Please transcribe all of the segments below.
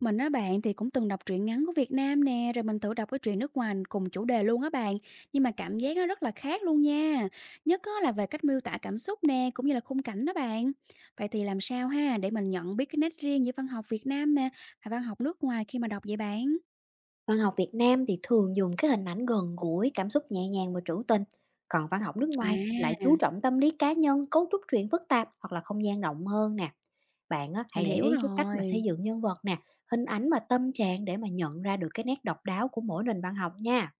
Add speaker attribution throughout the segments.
Speaker 1: Mình á bạn thì cũng từng đọc truyện ngắn của Việt Nam nè, rồi mình thử đọc cái truyện nước ngoài cùng chủ đề luôn á bạn. Nhưng mà cảm giác nó rất là khác luôn nha. Nhất á là về cách miêu tả cảm xúc nè, cũng như là khung cảnh đó bạn. Vậy thì làm sao ha để mình nhận biết cái nét riêng giữa văn học Việt Nam nè và văn học nước ngoài khi mà đọc vậy bạn?
Speaker 2: Văn học Việt Nam thì thường dùng cái hình ảnh gần gũi, cảm xúc nhẹ nhàng và trữ tình, còn văn học nước ngoài lại
Speaker 1: À,
Speaker 2: chú trọng tâm lý cá nhân, cấu trúc truyện phức tạp hoặc là không gian rộng hơn nè. Bạn á,
Speaker 1: mình
Speaker 2: hãy để
Speaker 1: hiểu
Speaker 2: ý cái cách mà xây
Speaker 1: rồi.
Speaker 2: dựng nhân vật nè, hình ảnh và tâm trạng để mà nhận ra được cái nét độc đáo của mỗi nền văn học nha.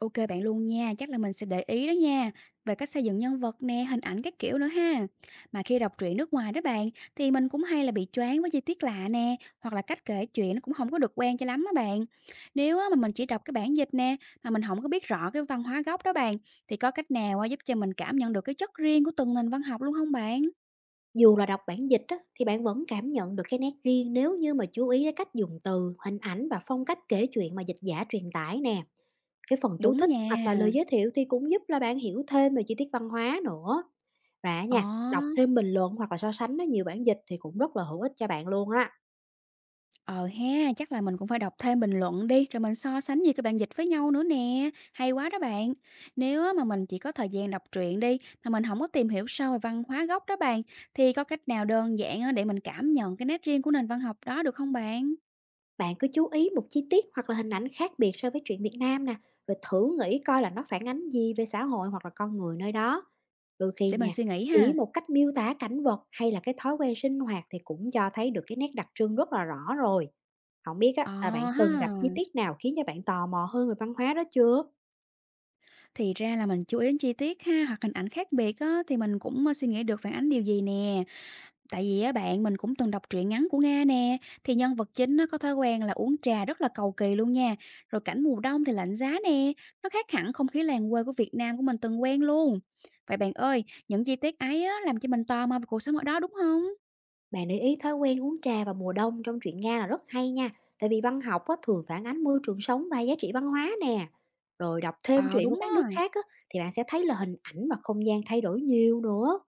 Speaker 1: Ok bạn luôn nha, chắc là mình sẽ để ý đó nha, về cách xây dựng nhân vật nè, hình ảnh các kiểu nữa ha. Mà khi đọc truyện nước ngoài đó bạn, thì mình cũng hay là bị choáng với chi tiết lạ nè, hoặc là cách kể chuyện nó cũng không có được quen cho lắm á bạn. Nếu á mà mình chỉ đọc cái bản dịch nè, mà mình không có biết rõ cái văn hóa gốc đó bạn, thì có cách nào á giúp cho mình cảm nhận được cái chất riêng của từng nền văn học luôn không bạn?
Speaker 2: Dù là đọc bản dịch á, thì bạn vẫn cảm nhận được cái nét riêng nếu như mà chú ý cái cách dùng từ, hình ảnh và phong cách kể chuyện mà dịch giả truyền tải nè. Cái phần chú
Speaker 1: Đúng
Speaker 2: thích
Speaker 1: nha.
Speaker 2: hoặc là lời giới thiệu thì cũng giúp là bạn hiểu thêm về chi tiết văn hóa nữa. Và á
Speaker 1: Ồ.
Speaker 2: nha, đọc thêm bình luận hoặc là so sánh với nhiều bản dịch thì cũng rất là hữu ích cho bạn luôn á.
Speaker 1: Ờ ha, chắc là mình cũng phải đọc thêm bình luận đi, rồi mình so sánh nhiều các bạn dịch với nhau nữa nè. Hay quá đó bạn. Nếu á mà mình chỉ có thời gian đọc truyện đi, mà mình không có tìm hiểu sâu về văn hóa gốc đó bạn, thì có cách nào đơn giản á để mình cảm nhận cái nét riêng của nền văn học đó được không bạn?
Speaker 2: Bạn cứ chú ý một chi tiết hoặc là hình ảnh khác biệt so với truyện Việt Nam nè, rồi thử nghĩ coi là nó phản ánh gì về xã hội hoặc là con người nơi đó. Đôi khi
Speaker 1: Để mình
Speaker 2: nha,
Speaker 1: suy nghĩ
Speaker 2: chỉ
Speaker 1: ha.
Speaker 2: một cách miêu tả cảnh vật hay là cái thói quen sinh hoạt thì cũng cho thấy được cái nét đặc trưng rất là rõ rồi. Không biết á,
Speaker 1: Ờ
Speaker 2: là bạn
Speaker 1: ha,
Speaker 2: từng gặp chi tiết nào khiến cho bạn tò mò hơn về văn hóa đó chưa?
Speaker 1: thì ra là mình chú ý đến chi tiết ha, hoặc hình ảnh khác biệt á, thì mình cũng suy nghĩ được phản ánh điều gì nè. Tại vì á bạn, mình cũng từng đọc truyện ngắn của Nga nè, thì nhân vật chính nó có thói quen là uống trà rất là cầu kỳ luôn nha. Rồi cảnh mùa đông thì lạnh giá nè, nó khác hẳn không khí làng quê của Việt Nam của mình từng quen luôn. Vậy bạn ơi, những chi tiết ấy á, làm cho mình tò mò về cuộc sống ở đó đúng không?
Speaker 2: Bạn để ý thói quen uống trà vào mùa đông trong truyện Nga là rất hay nha, tại vì văn học á, thường phản ánh môi trường sống và giá trị văn hóa nè. Rồi đọc thêm
Speaker 1: Ờ
Speaker 2: truyện của
Speaker 1: đúng
Speaker 2: các nước
Speaker 1: á,
Speaker 2: khác á, thì bạn sẽ thấy là hình ảnh và không gian thay đổi nhiều nữa.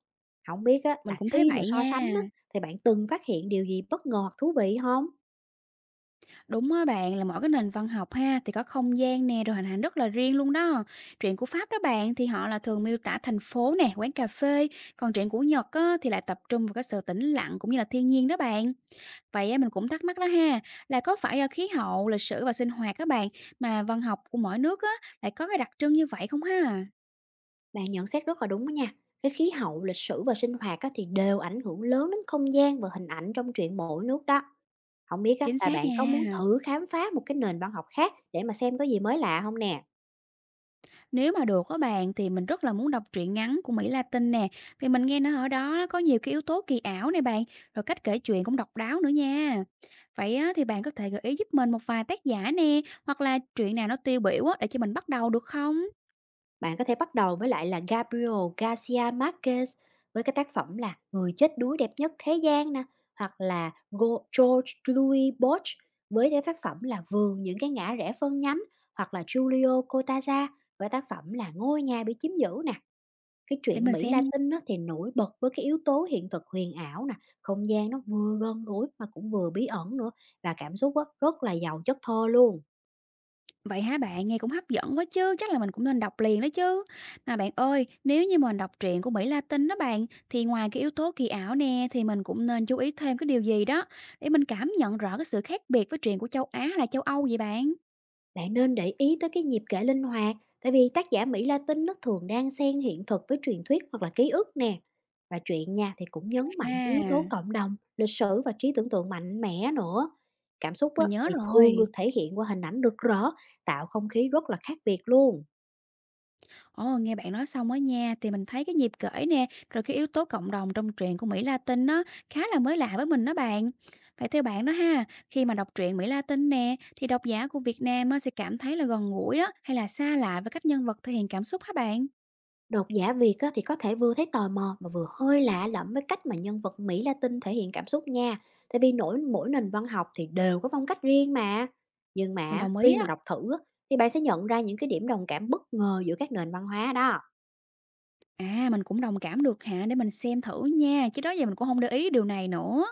Speaker 2: Không biết á,
Speaker 1: mình
Speaker 2: là
Speaker 1: cũng thấy
Speaker 2: khi mà
Speaker 1: vậy
Speaker 2: so
Speaker 1: nha.
Speaker 2: sánh á, thì bạn từng phát hiện điều gì bất ngờ hoặc thú vị không?
Speaker 1: Đúng á bạn, là mỗi cái nền văn học ha thì có không gian nè rồi hình ảnh rất là riêng luôn đó. Truyện của Pháp đó bạn thì họ là thường miêu tả thành phố nè, quán cà phê, còn truyện của Nhật á, thì lại tập trung vào cái sự tĩnh lặng cũng như là thiên nhiên đó bạn. Vậy á, mình cũng thắc mắc đó ha, là có phải do khí hậu, lịch sử và sinh hoạt các bạn mà văn học của mỗi nước á lại có cái đặc trưng như vậy không ha?
Speaker 2: Bạn nhận xét rất là đúng đó nha. Cái khí hậu, lịch sử và sinh hoạt á, thì đều ảnh hưởng lớn đến không gian và hình ảnh trong truyện mỗi nước đó. Không biết á,
Speaker 1: Chính
Speaker 2: là
Speaker 1: xác
Speaker 2: bạn có muốn
Speaker 1: nha.
Speaker 2: thử khám phá một cái nền văn học khác để mà xem có gì mới lạ không nè?
Speaker 1: Nếu mà được á bạn thì mình rất là muốn đọc truyện ngắn của Mỹ Latin nè, vì mình nghe nó ở đó nó có nhiều cái yếu tố kỳ ảo này bạn, rồi cách kể chuyện cũng độc đáo nữa nha. Vậy á, thì bạn có thể gợi ý giúp mình một vài tác giả nè, hoặc là truyện nào nó tiêu biểu á, để cho mình bắt đầu được không?
Speaker 2: Bạn có thể bắt đầu với lại là Gabriel Garcia Marquez với cái tác phẩm là Người chết đuối đẹp nhất thế gian nè, hoặc là George Louis Borch với cái tác phẩm là Vườn những cái ngã rẽ phân nhánh, hoặc là Julio Cortázar với tác phẩm là Ngôi nhà bị chiếm giữ nè. Cái
Speaker 1: Để
Speaker 2: truyện
Speaker 1: mình
Speaker 2: Mỹ
Speaker 1: xem.
Speaker 2: Latin á, thì nổi bật với cái yếu tố hiện thực huyền ảo nè, không gian nó vừa gần gũi mà cũng vừa bí ẩn nữa và cảm xúc á, rất là giàu chất thơ luôn.
Speaker 1: Vậy hả bạn? Nghe cũng hấp dẫn quá chứ, chắc là mình cũng nên đọc liền đó chứ. Mà bạn ơi, nếu như mình đọc truyện của Mỹ Latin đó bạn, thì ngoài cái yếu tố kỳ ảo nè, thì mình cũng nên chú ý thêm cái điều gì đó để mình cảm nhận rõ cái sự khác biệt với truyện của châu Á hay là châu Âu vậy bạn?
Speaker 2: Bạn nên để ý tới cái nhịp kể linh hoạt, tại vì tác giả Mỹ Latin nó thường đang xen hiện thực với truyền thuyết hoặc là ký ức nè. Và truyện nha thì cũng nhấn mạnh cái yếu tố
Speaker 1: À,
Speaker 2: cộng đồng, lịch sử và trí tưởng tượng mạnh mẽ nữa. Cảm xúc á,
Speaker 1: mình nhớ
Speaker 2: thì thường
Speaker 1: rồi.
Speaker 2: được thể hiện qua hình ảnh được rõ, tạo không khí rất là khác biệt luôn.
Speaker 1: Ồ, nghe bạn nói xong á nha, thì mình thấy cái nhịp cởi nè, rồi cái yếu tố cộng đồng trong truyện của Mỹ Latin nó khá là mới lạ với mình đó bạn. Vậy theo bạn đó ha, khi mà đọc truyện Mỹ Latin nè, thì độc giả của Việt Nam á, sẽ cảm thấy là gần gũi đó, hay là xa lạ với cách nhân vật thể hiện cảm xúc hả bạn?
Speaker 2: Độc giả Việt á, thì có thể vừa thấy tò mò mà vừa hơi lạ lẫm với cách mà nhân vật Mỹ Latin thể hiện cảm xúc nha. Tại vì mỗi nền văn học thì đều có phong cách riêng mà. Nhưng
Speaker 1: Mình
Speaker 2: mà
Speaker 1: đồng ý
Speaker 2: khi mà
Speaker 1: á.
Speaker 2: đọc thử á, thì bạn sẽ nhận ra những cái điểm đồng cảm bất ngờ giữa các nền văn hóa đó.
Speaker 1: À, mình cũng đồng cảm được hả? Để mình xem thử nha, chứ đó giờ mình cũng không để ý điều này nữa.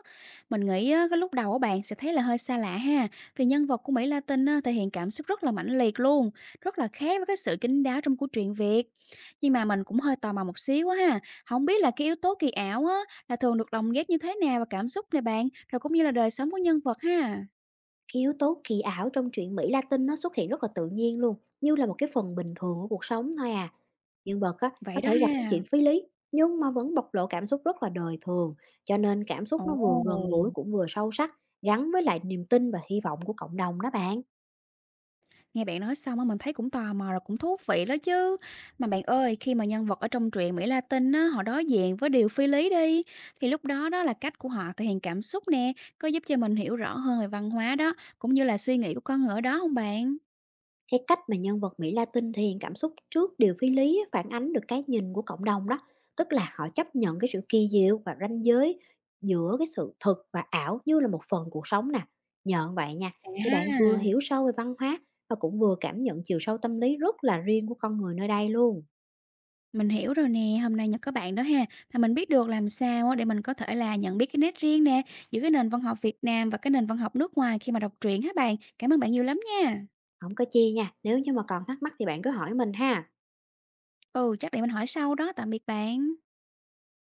Speaker 1: Mình nghĩ á, cái lúc đầu á bạn sẽ thấy là hơi xa lạ ha, vì nhân vật của Mỹ Latin á, thể hiện cảm xúc rất là mãnh liệt luôn, rất là khác với cái sự kín đáo trong của truyện Việt. Nhưng mà mình cũng hơi tò mò một xíu á ha, không biết là cái yếu tố kỳ ảo á, là thường được lồng ghép như thế nào vào cảm xúc này bạn, rồi cũng như là đời sống của nhân vật ha?
Speaker 2: Cái yếu tố kỳ ảo trong truyện Mỹ Latin nó xuất hiện rất là tự nhiên luôn, như là một cái phần bình thường của cuộc sống thôi à. Nhân vật á,
Speaker 1: Vậy
Speaker 2: có
Speaker 1: đó
Speaker 2: thể gặp cái chuyện
Speaker 1: ha.
Speaker 2: phi lý, nhưng mà vẫn bộc lộ cảm xúc rất là đời thường, cho nên cảm xúc
Speaker 1: Ồ!
Speaker 2: nó vừa gần gũi cũng vừa sâu sắc, gắn với lại niềm tin và hy vọng của cộng đồng đó bạn.
Speaker 1: Nghe bạn nói xong á, mình thấy cũng tò mò rồi cũng thú vị đó chứ. Mà bạn ơi, khi mà nhân vật ở trong truyện Mỹ Latin á, họ đối diện với điều phi lý đi, thì lúc đó đó là cách của họ thể hiện cảm xúc nè, có giúp cho mình hiểu rõ hơn về văn hóa đó, cũng như là suy nghĩ của con người ở đó không bạn?
Speaker 2: Cái cách mà nhân vật Mỹ Latin thể hiện cảm xúc trước điều phi lý á, phản ánh được cái nhìn của cộng đồng đó, tức là họ chấp nhận cái sự kỳ diệu và ranh giới giữa cái sự thực và ảo như là một phần cuộc sống nè. Nhờ vậy nha, thì bạn vừa
Speaker 1: À,
Speaker 2: hiểu sâu về văn hóa và cũng vừa cảm nhận chiều sâu tâm lý rất là riêng của con người nơi đây luôn.
Speaker 1: mình hiểu rồi nè, hôm nay nhờ các bạn đó ha, mà mình biết được làm sao á, để mình có thể là nhận biết cái nét riêng nè, giữa cái nền văn học Việt Nam và cái nền văn học nước ngoài khi mà đọc truyện hả bạn. Cảm ơn bạn nhiều lắm nha.
Speaker 2: Không có chia nha, nếu như mà còn thắc mắc thì bạn cứ hỏi mình ha.
Speaker 1: Ừ, chắc để mình hỏi sau đó, tạm biệt bạn.